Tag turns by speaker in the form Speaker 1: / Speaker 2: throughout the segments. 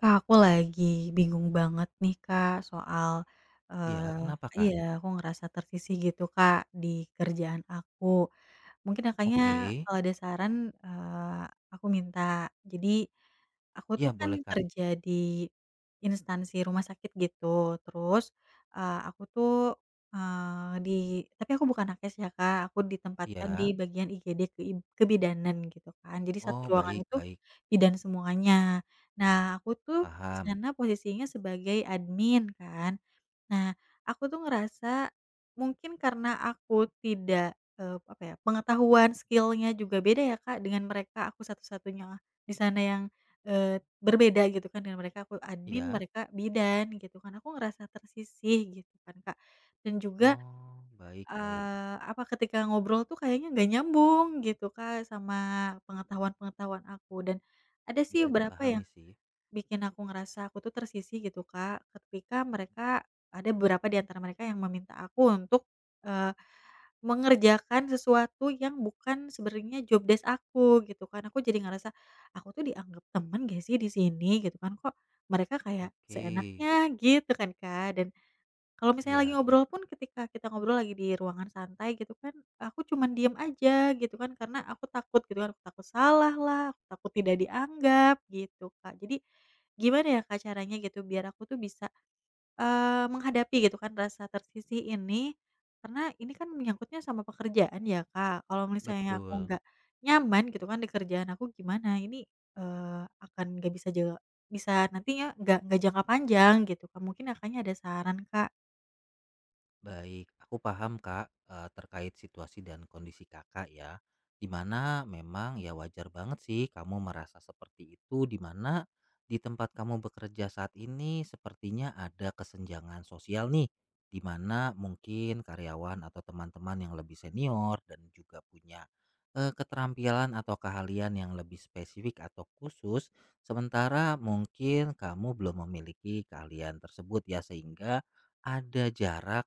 Speaker 1: Kak, aku lagi bingung banget nih, Kak, soal,
Speaker 2: Iya,
Speaker 1: eee
Speaker 2: kenapa,
Speaker 1: iya,
Speaker 2: Kak?
Speaker 1: aku ngerasa tersisih gitu, Kak, di kerjaan aku. Mungkin Kakaknya,
Speaker 2: Oke.
Speaker 1: kalau ada saran, eee, aku minta. Jadi, aku
Speaker 2: Iya,
Speaker 1: tuh kan
Speaker 2: boleh, Kak.
Speaker 1: kerja di instansi rumah sakit gitu, terus, aku tuh, eee, di tapi aku bukan nakes ya Kak, aku ditempatkan di
Speaker 2: Iya.
Speaker 1: bagian IGD keib kebidanan gitu kan. Jadi satu
Speaker 2: Oh,
Speaker 1: ruangan
Speaker 2: baik
Speaker 1: itu
Speaker 2: baik.
Speaker 1: bidan semuanya. Nah, aku tuh di
Speaker 2: Paham.
Speaker 1: sana posisinya sebagai admin kan. Nah, aku tuh ngerasa mungkin karena aku tidak, apa ya, pengetahuan, skillnya juga beda ya, Kak, dengan mereka. Aku satu-satunya di sana yang, berbeda gitu kan dengan mereka. Aku admin,
Speaker 2: Iya.
Speaker 1: mereka bidan gitu kan. Aku ngerasa tersisih gitu kan, Kak. Dan juga,
Speaker 2: Oh, baik baik.
Speaker 1: apa, ketika ngobrol tuh kayaknya nggak nyambung gitu, Kak, sama pengetahuan-pengetahuan aku. Dan ada sih
Speaker 2: Bisa
Speaker 1: beberapa
Speaker 2: dipahami
Speaker 1: yang
Speaker 2: sih.
Speaker 1: bikin aku ngerasa aku tuh tersisih gitu Kak, ketika mereka ada beberapa di antara mereka yang meminta aku untuk, eee, mengerjakan sesuatu yang bukan sebenarnya job desk aku gitu kan. Aku jadi ngerasa, aku tuh dianggap temen gak sih di sini gitu kan, kok mereka kayak
Speaker 2: Oke.
Speaker 1: seenaknya gitu kan Kak, dan kalau misalnya lagi
Speaker 2: Iya iya.
Speaker 1: ngobrol pun ketika kita ngobrol lagi di ruangan santai gitu kan, aku cuman diem aja gitu kan, karena aku takut gitu kan, aku takut salah lah, aku takut tidak dianggap gitu, Kak. Jadi gimana ya, Kak, caranya gitu biar aku tuh bisa, menghadapi gitu kan rasa tersisih ini, karena ini kan menyangkutnya sama pekerjaan ya, Kak. Kalau misalnya aku
Speaker 2: Betul.
Speaker 1: nggak nyaman gitu kan di kerjaan aku gimana, ini, akan nggak bisa jaga bisa nantinya nggak jangka panjang gitu, Kak. Mungkin Kakaknya ada saran, Kak?
Speaker 2: Baik, aku paham Kak, terkait situasi dan kondisi Kakak ya. Dimana memang ya wajar banget sih kamu merasa seperti itu, dimana di tempat kamu bekerja saat ini sepertinya ada kesenjangan sosial nih, dimana mungkin karyawan atau teman-teman yang lebih senior dan juga punya keterampilan atau keahlian yang lebih spesifik atau khusus, sementara mungkin kamu belum memiliki keahlian tersebut ya sehingga ada jarak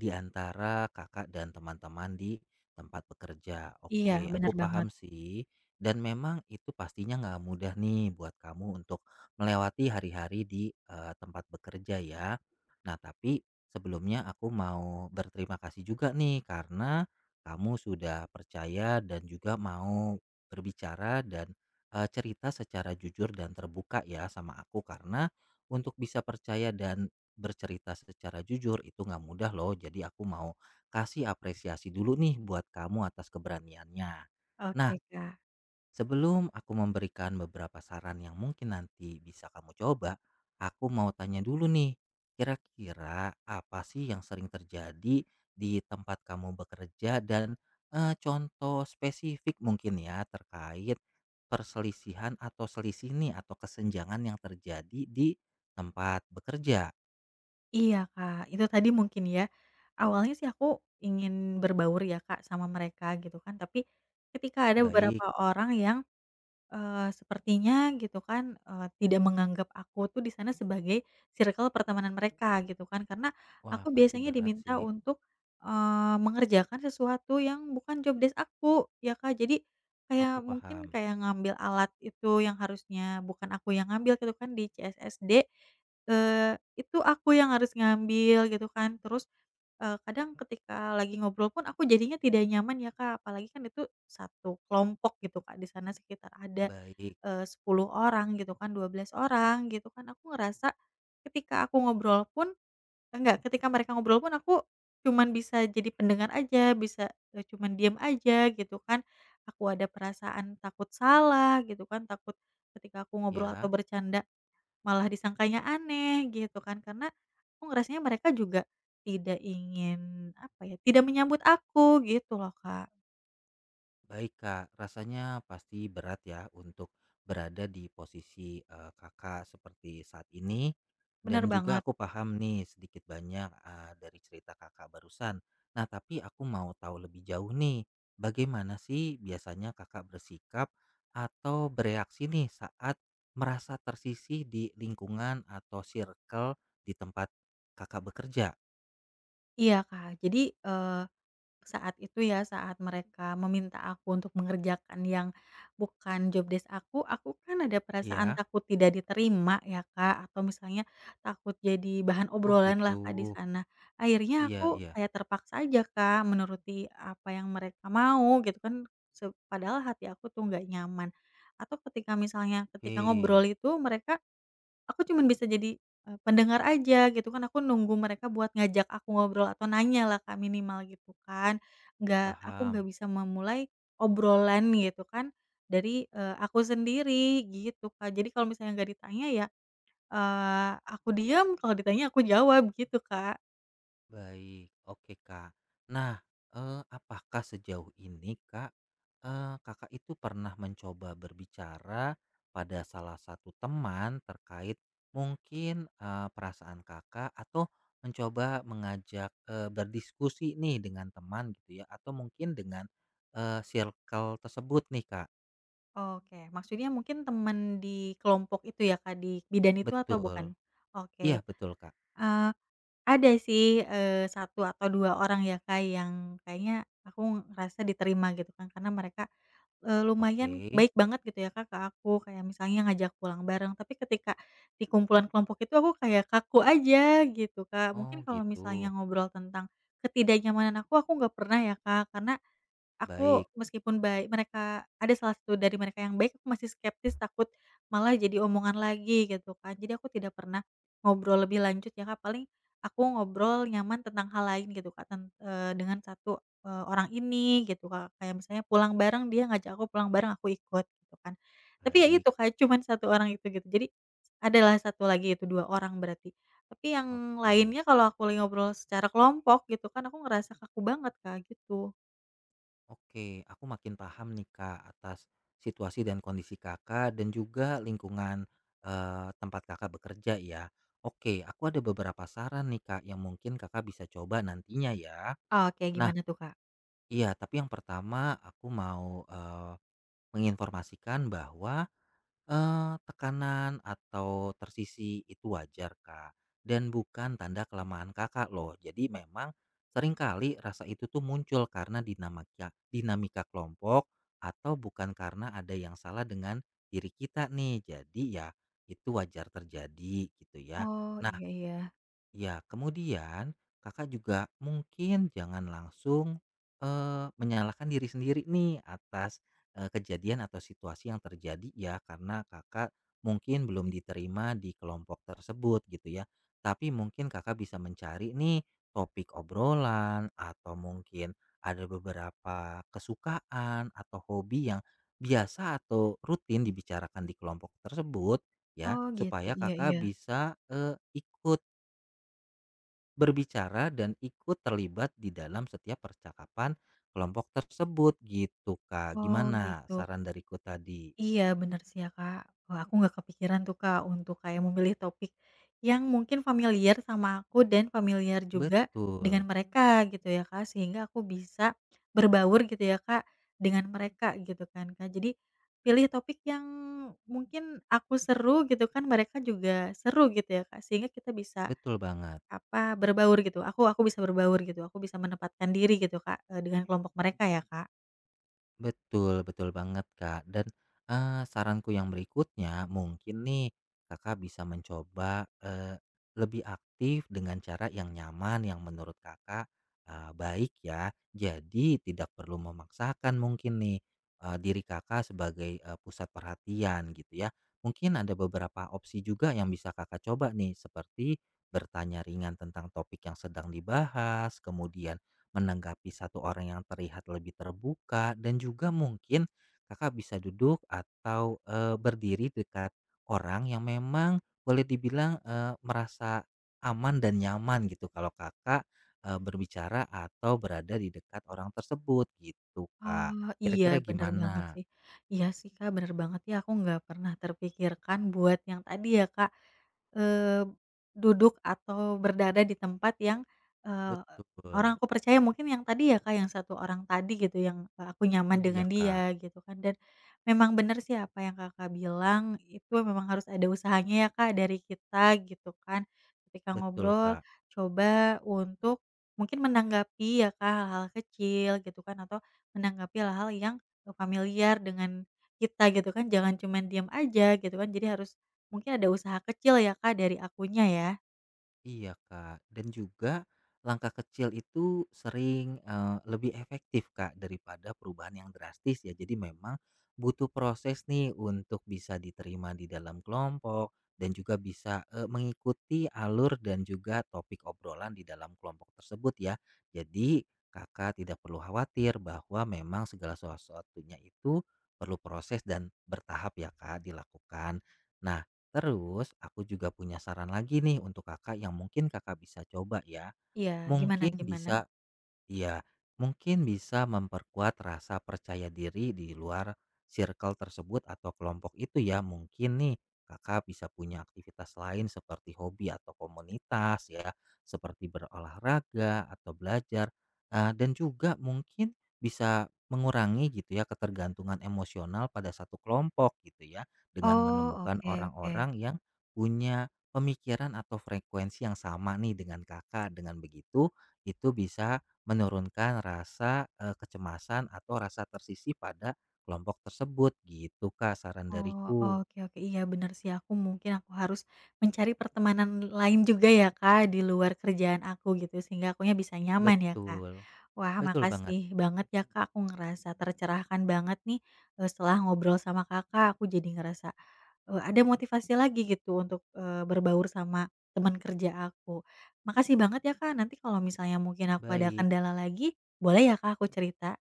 Speaker 2: di antara Kakak dan teman-teman di tempat bekerja.
Speaker 1: Iya,
Speaker 2: Oke, aku
Speaker 1: bener
Speaker 2: paham
Speaker 1: banget.
Speaker 2: sih. Dan memang itu pastinya nggak mudah nih buat kamu untuk melewati hari-hari di tempat bekerja ya. Nah, tapi sebelumnya aku mau berterima kasih juga nih karena kamu sudah percaya dan juga mau berbicara dan cerita secara jujur dan terbuka ya sama aku karena untuk bisa percaya dan bercerita secara jujur itu nggak mudah loh. Jadi aku mau kasih apresiasi dulu nih buat kamu atas keberaniannya. Nah,
Speaker 1: Oke, Kak.
Speaker 2: sebelum aku memberikan beberapa saran yang mungkin nanti bisa kamu coba, aku mau tanya dulu nih, kira-kira apa sih yang sering terjadi di tempat kamu bekerja dan contoh spesifik mungkin ya terkait perselisihan atau selisih nih atau kesenjangan yang terjadi di tempat bekerja.
Speaker 1: Iya, Kak, itu tadi mungkin ya, awalnya sih aku ingin berbaur ya, Kak, sama mereka gitu kan, tapi ketika ada
Speaker 2: Baik.
Speaker 1: beberapa orang yang sepertinya gitu kan, tidak menganggap aku tuh di sana sebagai circle pertemanan mereka gitu kan, karena
Speaker 2: Wah,
Speaker 1: aku
Speaker 2: pasti
Speaker 1: biasanya
Speaker 2: berat sih.
Speaker 1: diminta untuk, mengerjakan sesuatu yang bukan job desk aku ya, Kak. Jadi
Speaker 2: Aku
Speaker 1: kayak mungkin
Speaker 2: paham.
Speaker 1: kayak ngambil alat itu yang harusnya bukan aku yang ngambil gitu kan di CSSD, eee, itu aku yang harus ngambil gitu kan. Terus kadang ketika lagi ngobrol pun aku jadinya tidak nyaman ya, Kak, apalagi kan itu satu kelompok gitu, Kak, di sana sekitar ada,
Speaker 2: Baik,
Speaker 1: 10 orang gitu kan, 12 orang gitu kan. Aku ngerasa ketika aku ngobrol pun enggak, ketika mereka ngobrol pun aku cuman bisa jadi pendengar aja, bisa, cuman diem aja gitu kan. Aku ada perasaan takut salah gitu kan, takut ketika aku ngobrol atau
Speaker 2: ya.
Speaker 1: bercanda malah disangkanya aneh gitu kan, karena aku ngerasanya mereka juga tidak ingin, apa ya, tidak menyambut aku gitu loh, Kak.
Speaker 2: Baik, Kak. Rasanya pasti berat ya untuk berada di posisi Kakak seperti saat ini.
Speaker 1: Bener
Speaker 2: Dan juga
Speaker 1: banget.
Speaker 2: aku paham nih sedikit banyak dari cerita Kakak barusan. Nah, tapi aku mau tahu lebih jauh nih, bagaimana sih biasanya Kakak bersikap atau bereaksi nih saat merasa tersisih di lingkungan atau circle di tempat Kakak bekerja,
Speaker 1: Iya, Kak. Jadi, saat itu ya, saat mereka meminta aku untuk mengerjakan yang bukan job desk aku kan ada perasaan
Speaker 2: ya?
Speaker 1: takut tidak diterima ya, Kak, atau misalnya takut jadi bahan
Speaker 2: Oh
Speaker 1: obrolan
Speaker 2: gitu.
Speaker 1: lah, Kak, di sana. Akhirnya
Speaker 2: Iya
Speaker 1: aku
Speaker 2: iya.
Speaker 1: kayak terpaksa aja, Kak, menuruti apa yang mereka mau gitu kan, se padahal hati aku tuh nggak nyaman. Atau ketika misalnya ketika ngobrol
Speaker 2: Oke,
Speaker 1: itu mereka aku cuman bisa jadi, pendengar aja gitu kan, aku nunggu mereka buat ngajak aku ngobrol atau nanya lah Kak, minimal gitu kan. Nggak aku nggak
Speaker 2: paham.
Speaker 1: bisa memulai obrolan gitu kan dari, aku sendiri gitu Kak. Jadi kalau misalnya nggak ditanya ya, aku diam, kalau ditanya aku jawab gitu Kak.
Speaker 2: Baik. Oke, Kak. Nah, apakah sejauh ini, Kak, Kakak itu pernah mencoba berbicara pada salah satu teman terkait mungkin perasaan Kakak atau mencoba mengajak berdiskusi nih dengan teman gitu ya atau mungkin dengan circle tersebut nih, Kak?
Speaker 1: Oke, maksudnya mungkin teman di kelompok itu ya Kak, di bidan itu atau bukan?
Speaker 2: Betul. Iya,
Speaker 1: Oke,
Speaker 2: betul, Kak.
Speaker 1: eee ada sih, 1 atau 2 orang ya, Kak, yang kayaknya aku ngerasa diterima gitu kan, karena mereka, lumayan
Speaker 2: Oke.
Speaker 1: baik banget gitu ya, Kak, ke aku, kayak misalnya ngajak pulang bareng. Tapi ketika di kumpulan kelompok itu aku kayak kaku aja gitu, Kak. Mungkin
Speaker 2: Oh,
Speaker 1: kalau misalnya
Speaker 2: gitu.
Speaker 1: ngobrol tentang ketidaknyamanan aku nggak pernah ya, Kak, karena aku
Speaker 2: Baik,
Speaker 1: meskipun baik mereka ada salah satu dari mereka yang baik, aku masih skeptis takut malah jadi omongan lagi gitu kan. Jadi aku tidak pernah ngobrol lebih lanjut ya Kak, paling aku ngobrol nyaman tentang hal lain gitu Kak, dengan satu, orang ini gitu Kak, kayak misalnya pulang bareng dia ngajak aku pulang bareng aku ikut gitu kan. Tapi ya
Speaker 2: baik.
Speaker 1: itu Kak, cuman satu orang itu gitu. Jadi adalah satu lagi itu 2 orang berarti. Tapi yang
Speaker 2: Oke,
Speaker 1: lainnya kalau aku lagi ngobrol secara kelompok gitu kan aku ngerasa kaku banget Kak, gitu.
Speaker 2: oke. Aku makin paham nih Kak atas situasi dan kondisi Kakak dan juga lingkungan tempat Kakak bekerja ya. Oke, aku ada beberapa saran nih Kak yang mungkin Kakak bisa coba nantinya ya.
Speaker 1: Oh, kayak
Speaker 2: Nah,
Speaker 1: gimana tuh, Kak?
Speaker 2: iya. Tapi yang pertama aku mau menginformasikan bahwa tekanan atau tersisi itu wajar, Kak, dan bukan tanda kelemahan Kakak loh. Jadi memang seringkali rasa itu tuh muncul karena dinamika dinamika kelompok atau bukan karena ada yang salah dengan diri kita nih. Jadi ya itu wajar terjadi gitu ya.
Speaker 1: Oh,
Speaker 2: Nah.
Speaker 1: iya iya.
Speaker 2: Ya, kemudian Kakak juga mungkin jangan langsung, menyalahkan diri sendiri nih atas, kejadian atau situasi yang terjadi ya karena Kakak mungkin belum diterima di kelompok tersebut gitu ya. Tapi mungkin Kakak bisa mencari nih topik obrolan atau mungkin ada beberapa kesukaan atau hobi yang biasa atau rutin dibicarakan di kelompok tersebut ya,
Speaker 1: Oh, gitu.
Speaker 2: supaya
Speaker 1: Iya
Speaker 2: Kakak
Speaker 1: iya.
Speaker 2: bisa, ikut berbicara dan ikut terlibat di dalam setiap percakapan kelompok tersebut gitu, Kak.
Speaker 1: Oh,
Speaker 2: Gimana
Speaker 1: gitu.
Speaker 2: saran dariku tadi?
Speaker 1: Iya, bener sih ya, Kak. Wah, aku nggak kepikiran tuh, Kak, untuk kayak memilih topik yang mungkin familiar sama aku dan familiar juga
Speaker 2: Betul,
Speaker 1: dengan mereka gitu ya, Kak, sehingga aku bisa berbaur gitu ya, Kak, dengan mereka gitu kan, Kak. Jadi pilih topik yang mungkin aku seru gitu kan, mereka juga seru gitu ya, Kak, sehingga kita bisa
Speaker 2: betul banget.
Speaker 1: apa, berbaur gitu, aku bisa berbaur gitu, aku bisa menempatkan diri gitu Kak, dengan kelompok mereka ya Kak.
Speaker 2: Betul, betul banget, Kak. Dan, saranku yang berikutnya mungkin nih Kakak bisa mencoba, lebih aktif dengan cara yang nyaman yang menurut Kakak, baik ya. Jadi tidak perlu memaksakan mungkin nih, diri Kakak sebagai, pusat perhatian gitu ya. Mungkin ada beberapa opsi juga yang bisa Kakak coba nih seperti bertanya ringan tentang topik yang sedang dibahas, kemudian menanggapi satu orang yang terlihat lebih terbuka dan juga mungkin kakak bisa duduk atau berdiri dekat orang yang memang boleh dibilang merasa aman dan nyaman gitu kalau kakak berbicara atau berada di dekat orang tersebut gitu kak,
Speaker 1: Ah, iya
Speaker 2: kira-kira
Speaker 1: bener banget
Speaker 2: gimana.
Speaker 1: sih. Iya sih, Kak, bener banget ya aku nggak pernah terpikirkan buat yang tadi ya, Kak, eee, duduk atau berada di tempat yang, eee, orang
Speaker 2: Betul.
Speaker 1: aku percaya mungkin yang tadi ya, Kak, yang satu orang tadi gitu yang, aku nyaman
Speaker 2: Iya
Speaker 1: dengan
Speaker 2: kak,
Speaker 1: dia gitu kan dan memang bener sih apa yang Kakak bilang itu memang harus ada usahanya ya, Kak, dari kita gitu kan. Ketika
Speaker 2: betul
Speaker 1: ngobrol
Speaker 2: kak.
Speaker 1: coba untuk mungkin menanggapi ya, Kak, hal-hal kecil gitu kan atau menanggapi hal-hal yang, familiar dengan kita gitu kan, jangan cuman diam aja gitu kan, jadi harus mungkin ada usaha kecil ya Kak dari akunya ya.
Speaker 2: Iya, Kak, dan juga langkah kecil itu sering, lebih efektif, Kak, daripada perubahan yang drastis ya. Jadi memang butuh proses nih untuk bisa diterima di dalam kelompok dan juga bisa, mengikuti alur dan juga topik obrolan di dalam kelompok tersebut ya. Jadi Kakak tidak perlu khawatir bahwa memang segala sesuatunya itu perlu proses dan bertahap ya, Kak, dilakukan. Nah, terus aku juga punya saran lagi nih untuk Kakak yang mungkin Kakak bisa coba ya.
Speaker 1: Iya, gimana
Speaker 2: Mungkin
Speaker 1: gimana?
Speaker 2: bisa. Iya, mungkin bisa memperkuat rasa percaya diri di luar circle tersebut atau kelompok itu ya. Mungkin nih kakak bisa punya aktivitas lain seperti hobi atau komunitas ya, seperti berolahraga atau belajar. Dan juga mungkin bisa mengurangi gitu ya ketergantungan emosional pada satu kelompok gitu ya dengan
Speaker 1: Oh,
Speaker 2: menemukan
Speaker 1: oke oke.
Speaker 2: orang-orang yang punya pemikiran atau frekuensi yang sama nih dengan kakak. Dengan begitu itu bisa menurunkan rasa, kecemasan atau rasa tersisih pada kelompok tersebut gitu, Kak, saran
Speaker 1: Oh,
Speaker 2: dariku.
Speaker 1: oke oke, iya benar sih aku mungkin aku harus mencari pertemanan lain juga ya Kak di luar kerjaan aku gitu, sehingga akunya bisa nyaman ya Kak.
Speaker 2: Betul,
Speaker 1: Wah
Speaker 2: betul banget.
Speaker 1: makasih banget ya Kak, aku ngerasa tercerahkan banget nih, setelah ngobrol sama Kakak, aku jadi ngerasa ada motivasi lagi gitu untuk, berbaur sama teman kerja aku. Makasih banget ya, Kak, nanti kalau misalnya mungkin aku ada
Speaker 2: Baik,
Speaker 1: kendala lagi, boleh ya, Kak, aku cerita?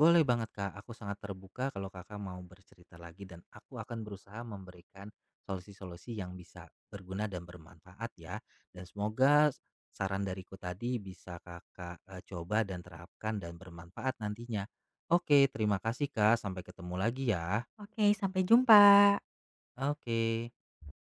Speaker 2: boleh banget, Kak, aku sangat terbuka kalau Kakak mau bercerita lagi dan aku akan berusaha memberikan solusi-solusi yang bisa berguna dan bermanfaat ya, dan semoga saran dariku tadi bisa Kakak, coba dan terapkan dan bermanfaat nantinya. Oke, terima kasih, Kak, sampai ketemu lagi ya.
Speaker 1: Oke, sampai jumpa.
Speaker 2: Oke.